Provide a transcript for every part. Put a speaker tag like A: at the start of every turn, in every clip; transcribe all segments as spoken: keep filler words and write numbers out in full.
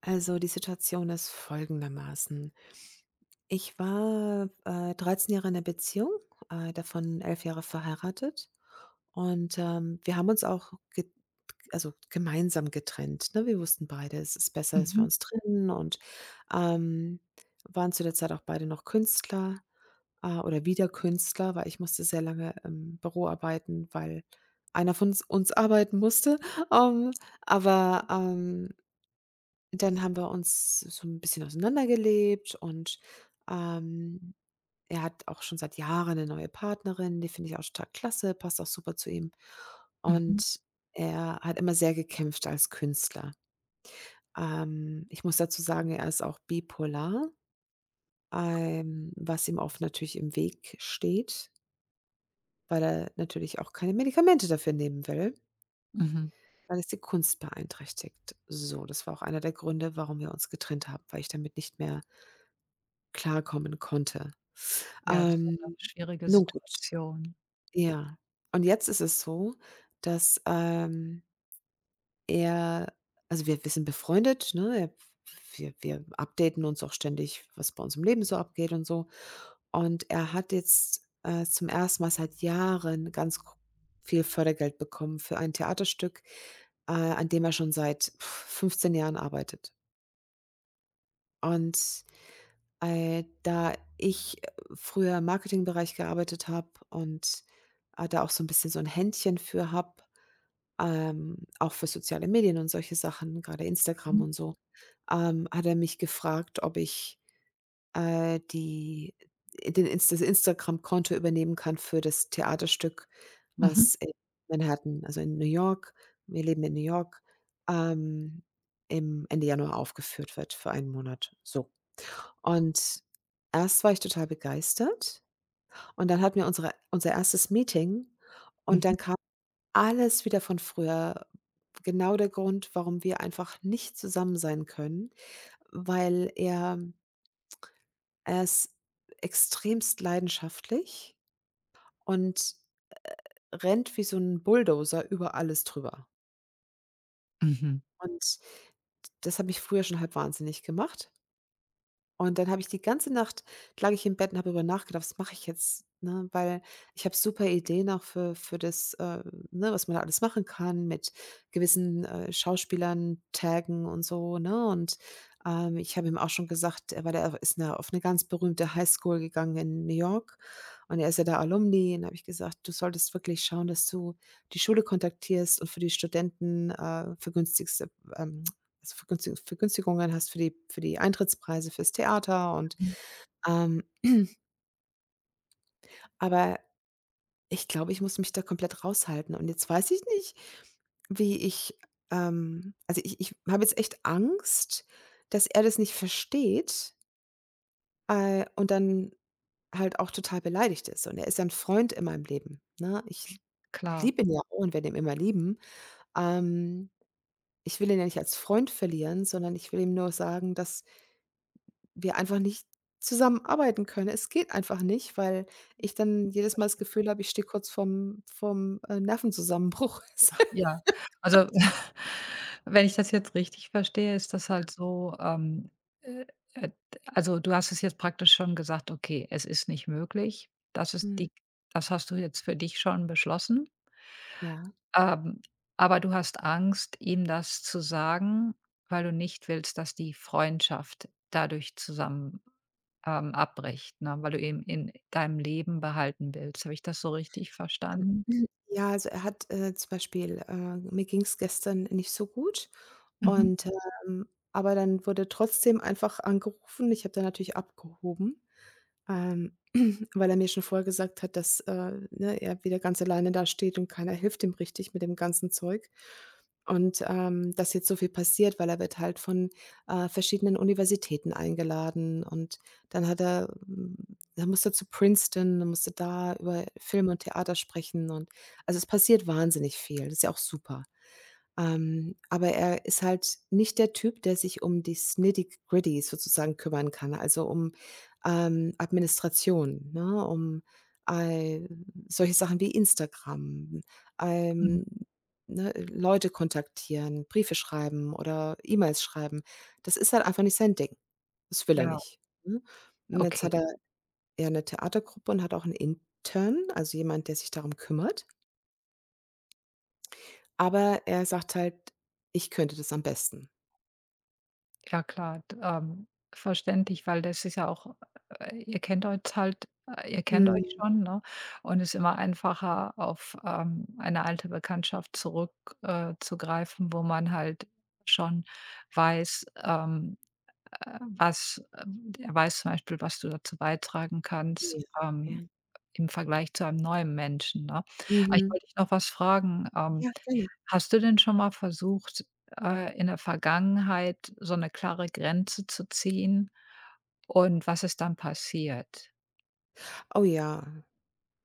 A: Also die Situation ist folgendermaßen. Ich war, äh, dreizehn Jahre in 'ner Beziehung, äh, davon elf Jahre verheiratet und, ähm, wir haben uns auch ge also gemeinsam getrennt, ne? Wir wussten beide, es ist besser, dass wir
B: Mhm,
A: uns trennen und, ähm, waren zu der Zeit auch beide noch Künstler, äh, oder wieder Künstler, weil ich musste sehr lange im Büro arbeiten, weil einer von uns uns arbeiten musste. Ähm, aber, ähm dann haben wir uns so ein bisschen auseinandergelebt und, ähm, er hat auch schon seit Jahren eine neue Partnerin, die finde ich auch total klasse, passt auch super zu ihm.
B: mhm,
A: Und er hat immer sehr gekämpft als Künstler. Ähm, ich muss dazu sagen, er ist auch bipolar, ähm, was ihm oft natürlich im Weg steht, weil er natürlich auch keine Medikamente dafür nehmen will,
B: mhm.
A: weil es die Kunst beeinträchtigt. So, das war auch einer der Gründe, warum wir uns getrennt haben, weil ich damit nicht mehr klarkommen konnte.
B: Ja, das ist
A: Ähm,
B: auch 'ne schwierige
A: Nun gut,
B: Situation.
A: ja. Und jetzt ist es so, dass, ähm, er also wir wir sind befreundet, ne? Er wir wir updaten uns auch ständig, was bei uns im Leben so abgeht und so. Und er hat jetzt, äh, zum ersten Mal seit Jahren ganz gro viel Fördergeld bekommen für ein Theaterstück, äh, an dem er schon seit fünfzehn Jahren arbeitet. Und Äh, da ich äh, früher im Marketingbereich gearbeitet habe und, äh, da auch so ein bisschen so ein Händchen für habe, ähm, auch für soziale Medien und solche Sachen, gerade Instagram
B: Mhm,
A: und so, ähm, hat er mich gefragt, ob ich, äh, die den Ins das Instagram-Konto übernehmen kann für das Theaterstück,
B: mhm,
A: was in Manhattan also in New York, wir leben in New York, ähm, im Ende Januar aufgeführt wird für einen Monat, so. Und erst war ich total begeistert und dann hatten wir unsere unser erstes Meeting und
B: mhm,
A: dann kam alles wieder von früher. Genau der Grund, warum wir einfach nicht zusammen sein können, weil er er ist extremst leidenschaftlich und rennt wie so ein Bulldozer über alles drüber.
B: mhm,
A: Und das hat mich früher schon halb wahnsinnig gemacht. Und dann habe ich die ganze Nacht lag ich im Bett und habe darüber nachgedacht: „Was mache ich jetzt?“, ne? Weil ich habe super Ideen auch für für das, äh ne, was man da alles machen kann mit gewissen, äh, Schauspielern taggen und so, ne? Und, ähm, ich habe ihm auch schon gesagt, äh, weil er ist 'ne auf eine ganz berühmte Highschool gegangen in New York und er ist ja da Alumni. Und habe ich gesagt: „Du solltest wirklich schauen, dass du die Schule kontaktierst und für die Studenten, äh, vergünstigste, ähm, also, Vergünstigu Vergünstigungen hast für die für die Eintrittspreise fürs Theater und,
B: mhm.
A: ähm aber ich glaube, ich muss mich da komplett raushalten und jetzt weiß ich nicht, wie ich, ähm also, ich ich habe jetzt echt Angst, dass er das nicht versteht, äh, und dann halt auch total beleidigt ist, und er ist ja ein Freund in meinem Leben, ne? Ich
B: Klar,
A: liebe ihn ja auch und werde ihn immer lieben. Ähm, Ich will ihn ja nicht als Freund verlieren, sondern ich will ihm nur sagen, dass wir einfach nicht zusammenarbeiten können. Es geht einfach nicht, weil ich dann jedes Mal das
B: verstehe.
A: Gefühl habe, ich stehe kurz vorm vorm, äh, Nervenzusammenbruch.
B: Ja, also, wenn ich das jetzt richtig verstehe, ist das halt so, ähm, äh, äh, also, du hast es jetzt praktisch schon gesagt: „Okay, es ist nicht möglich.“ Das ist
A: Mhm.
B: die Das hast du jetzt für dich schon beschlossen.
A: Ja.
B: Ähm, aber du hast Angst, ihm das zu sagen, weil du nicht willst, dass die Freundschaft dadurch zusammen Ähm, abbricht, ne, weil du eben in deinem Leben behalten willst. Habe ich das so richtig verstanden?
A: Mhm. Ja, also er hat, äh, zum Beispiel, äh mir ging es gestern nicht so gut
B: Mhm,
A: und, ähm aber dann wurde trotzdem einfach angerufen. Ich habe dann natürlich abgehoben. Ähm, weil er mir schon vorher gesagt hat, dass, äh, ne, er wieder ganz alleine da steht und keiner hilft ihm richtig mit dem ganzen Zeug. Und, ähm, dass jetzt so viel passiert, weil er wird halt von, äh, verschiedenen Universitäten eingeladen und dann hat er hm, dann musste er zu Princeton, dann musste da über Film und Theater sprechen und also, es passiert wahnsinnig viel. Das ist ja auch super. Ähm, aber er ist halt nicht der Typ, der sich um die Nitty-Gritty sozusagen kümmern kann, also um, ähm, Administration, ne, um, äh, solche Sachen wie Instagram,
B: mhm.
A: ähm, ne, Leute kontaktieren, Briefe schreiben oder E-Mails schreiben. Das ist halt einfach nicht sein Ding. Das will er
B: Ja,
A: nicht, ne? Und jetzt
B: okay.
A: hat er ja eine Theatergruppe und hat auch einen Intern, also jemand, der sich darum kümmert. Aber er sagt halt: „Ich könnte das am besten.“
B: Ja klar, d ähm, verständlich, weil das ist ja auch äh, ihr kennt euch halt äh, ihr kennt euch
A: Mhm.
B: schon, ne? Und es ist immer einfacher, auf, ähm, eine alte Bekanntschaft zurückzugreifen, äh, zu greifen, wo man halt schon weiß, ähm äh, was ähm, der weiß zum Beispiel, was du dazu beitragen
A: Ja,
B: kannst,
A: ja.
B: ähm, im Vergleich zu einem neuen Menschen, ne? Aber ich
A: Mhm.
B: wollte dich noch was fragen. Ähm,
A: Ja, gerne.
B: hast du denn schon mal versucht, äh, in der Vergangenheit so eine klare Grenze zu ziehen? Und was ist dann passiert?
A: Oh ja,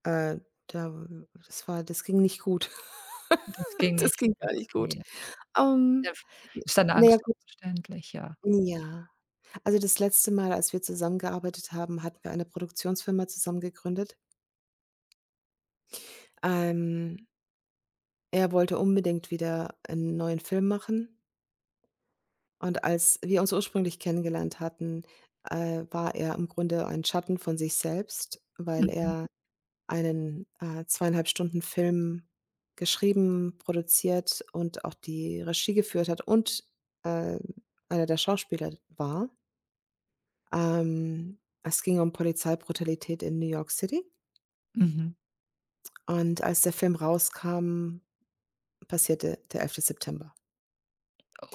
A: äh, da w das war, das ging nicht gut.
B: Es ging
A: Das
B: nicht
A: ging
B: gut,
A: gar nicht gut.
B: okay. Ja,
A: Ähm,
B: f Ist deine
A: n ja,
B: Angst auch
A: gut,
B: verständlich, ja.
A: ja. Also, das letzte Mal, als wir zusammengearbeitet haben, hatten wir eine Produktionsfirma zusammen gegründet. Ähm, Er wollte unbedingt wieder einen neuen Film machen, und als wir uns ursprünglich kennengelernt hatten, äh, war er im Grunde ein Schatten von sich selbst, weil
B: Mhm,
A: er einen, äh, zwei Komma fünf Stunden Film geschrieben, produziert und auch die Regie geführt hat und, äh, einer der Schauspieler war. Ähm, es ging um Polizeibrutalität in New York City
B: mhm.
A: und als der Film rauskam, passierte der elfte September.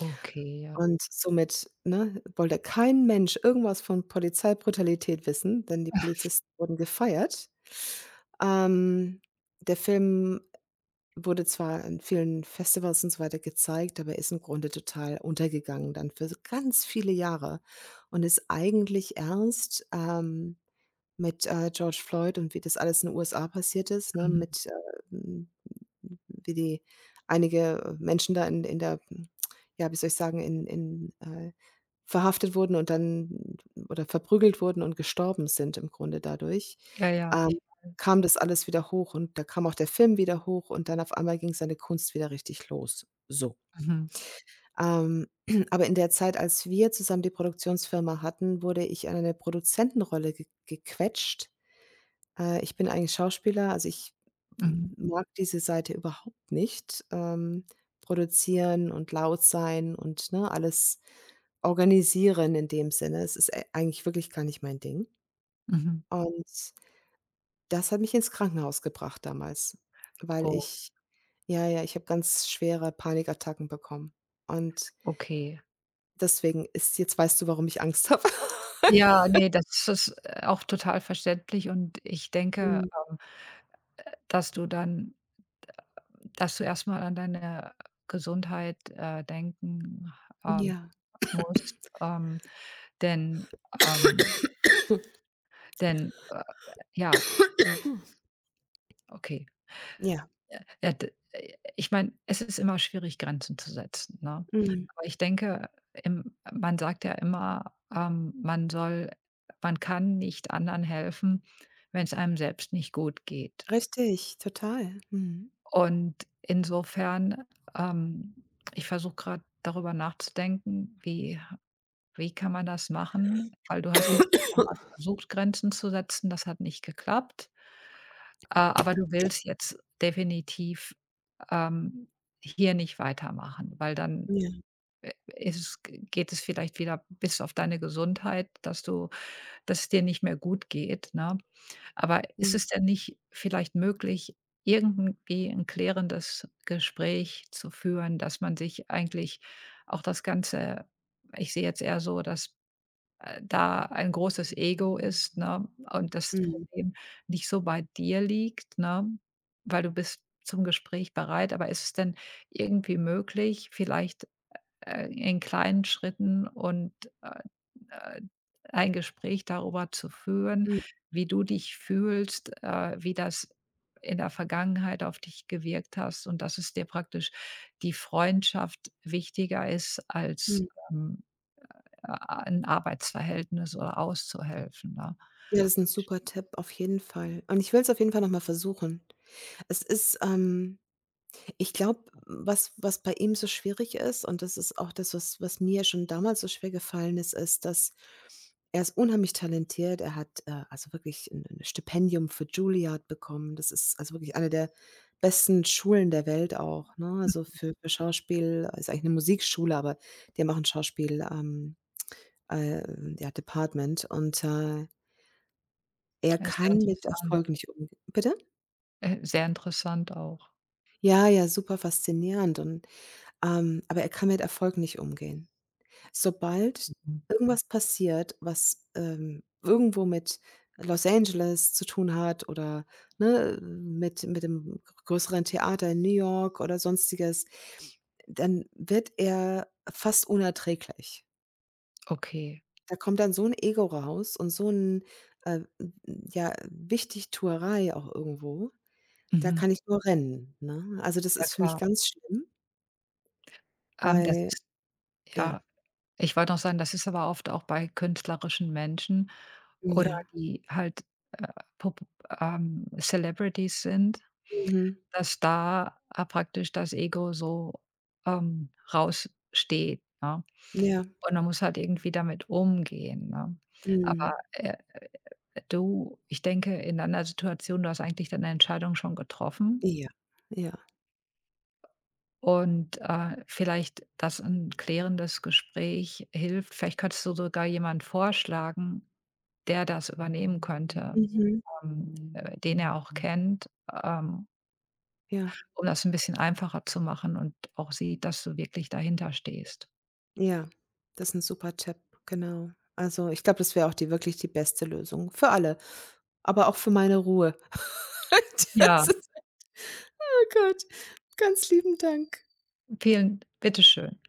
B: Okay, ja.
A: Und somit, ne, wollte kein Mensch irgendwas von Polizeibrutalität wissen, denn die Polizisten wurden gefeiert. Ähm, Der Film wurde zwar in vielen Festivals und so weiter gezeigt, aber ist im Grunde total untergegangen dann für so ganz viele Jahre und ist eigentlich erst, ähm, mit, äh, George Floyd und wie das alles in den U S A passiert ist, ne,
B: Mhm.
A: mit, äh, hm wie die einige, äh, Menschen da in in der ja, wie soll ich sagen, in in äh, verhaftet wurden und dann oder verprügelt wurden und gestorben sind im Grunde dadurch,
B: Ja, ja, ich
A: ähm, kam das alles wieder hoch und da kam auch der Film wieder hoch und dann auf einmal ging seine Kunst wieder richtig los, so.
B: mhm,
A: Ähm, aber in der Zeit, als wir zusammen die Produktionsfirma hatten, wurde ich an eine Produzentenrolle ge gequetscht, äh, ich bin eigentlich Schauspieler, also ich m
B: mhm,
A: mag diese Seite überhaupt nicht, ähm, produzieren und laut sein und, ne, alles organisieren in dem Sinne. Es ist ei eigentlich wirklich gar nicht mein Ding.
B: mhm.
A: Und das hat mich ins Krankenhaus gebracht damals, weil
B: Oh,
A: ich ja, ja, ich habe ganz schwere Panikattacken bekommen. Und
B: okay.
A: deswegen ist jetzt, weißt du, warum ich Angst habe.
B: Ja, ne, das ist äh, auch total verständlich und ich denke,
A: Mhm.
B: dass du dann dass du erst mal an deine Gesundheit, äh, denken, ähm,
A: Ja.
B: musst, ähm, denn ähm, denn, äh, ja,
A: Mhm.
B: okay.
A: Ja,
B: Ja, d äh, ich meine, es ist immer schwierig, Grenzen zu setzen, ne?
A: mhm.
B: Aber ich denke, im man sagt ja immer, ähm, man soll man kann nicht anderen helfen, wenn's einem selbst nicht gut geht.
A: Richtig, total. Mhm.
B: Und insofern, ähm ich versuche gerade darüber nachzudenken, wie wie kann man das machen? Weil du hast jetzt schon mal versucht, Grenzen zu setzen, das hat nicht geklappt. Äh, aber du willst jetzt definitiv, ähm, hier nicht weitermachen, weil dann,
A: Ja.
B: äh, ist es geht es vielleicht wieder bis auf deine Gesundheit, dass du dass es dir nicht mehr gut geht, ne? Aber ist
A: Mhm,
B: es denn nicht vielleicht möglich, irgendwie ein klärendes Gespräch zu führen, dass man sich eigentlich auch das Ganze ich sehe jetzt eher so, dass, äh, da ein großes Ego ist, ne, und das
A: mhm,
B: Problem nicht so bei dir liegt, ne, weil du bist zum Gespräch bereit. Aber ist es denn irgendwie möglich, vielleicht, äh, in kleinen Schritten und, äh äh, ein Gespräch darüber zu führen,
A: mhm,
B: wie du dich fühlst, äh, wie das in der Vergangenheit auf dich gewirkt hast und dass es dir praktisch die Freundschaft wichtiger ist als,
A: mhm.
B: ähm, äh, ein Arbeitsverhältnis oder auszuhelfen, ne?
A: Ja, das ist 'n super Tipp, auf jeden Fall. Und ich will's auf jeden Fall noch mal versuchen. Es ist, ähm ich glaube, was was bei ihm so schwierig ist und das ist auch das, was was mir schon damals so schwer gefallen ist, ist, dass er ist unheimlich talentiert. Er hat, äh, also wirklich 'n 'n Stipendium für Juilliard bekommen. Das ist also wirklich eine der besten Schulen der Welt auch, ne? Also für für Schauspiel ist eigentlich 'ne Musikschule, aber die haben auch 'n Schauspiel, ähm, äh, ja, Department und, äh er
B: Ja, sehr
A: kann mit
B: interessant,
A: Erfolg nicht umgehen, bitte?
B: äh, sehr interessant auch.
A: Ja, ja, super faszinierend und, ähm aber er kann mit Erfolg nicht umgehen. Sobald
B: Mhm.
A: irgendwas passiert, was, ähm, irgendwo mit Los Angeles zu tun hat oder, ne, mit mit dem größeren Theater in New York oder Sonstiges, dann wird er fast unerträglich.
B: Okay.
A: Da kommt dann so ein Ego raus und so ein äh, ja, Wichtigtuerei auch irgendwo. Da
B: Mhm.
A: kann ich nur rennen, ne? Also, das
B: Ja
A: ist für mich
B: klar.
A: ganz schlimm,
B: Ähm, das
A: ei
B: ist
A: ja,
B: ja. Ich wollte noch sagen, das ist aber oft auch bei künstlerischen Menschen oder
A: ja,
B: die halt, äh, pop ähm, Celebrities sind,
A: mhm,
B: dass da, äh, praktisch das Ego so, ähm, raussteht, ne?
A: ja,
B: Und man muss halt irgendwie damit umgehen, ne? Aber,
A: mhm,
B: äh, du ich denke, in deiner Situation, du hast eigentlich deine Entscheidung schon getroffen
A: ja, ja,
B: und, äh, vielleicht, dass 'n klärendes Gespräch hilft. Vielleicht könntest du sogar jemanden vorschlagen, der das übernehmen könnte,
A: mhm,
B: ähm, äh, den er auch kennt, ähm,
A: ja,
B: um das ein bisschen einfacher zu machen und auch sieht, dass du wirklich dahinter stehst.
A: ja. Das ist 'n super Tipp, genau. Also, ich glaube, das wäre auch die wirklich die beste Lösung für alle, aber auch für meine Ruhe.
B: Ja,
A: Das ist echt, oh Gott, ganz lieben Dank.
B: vielen bitteschön.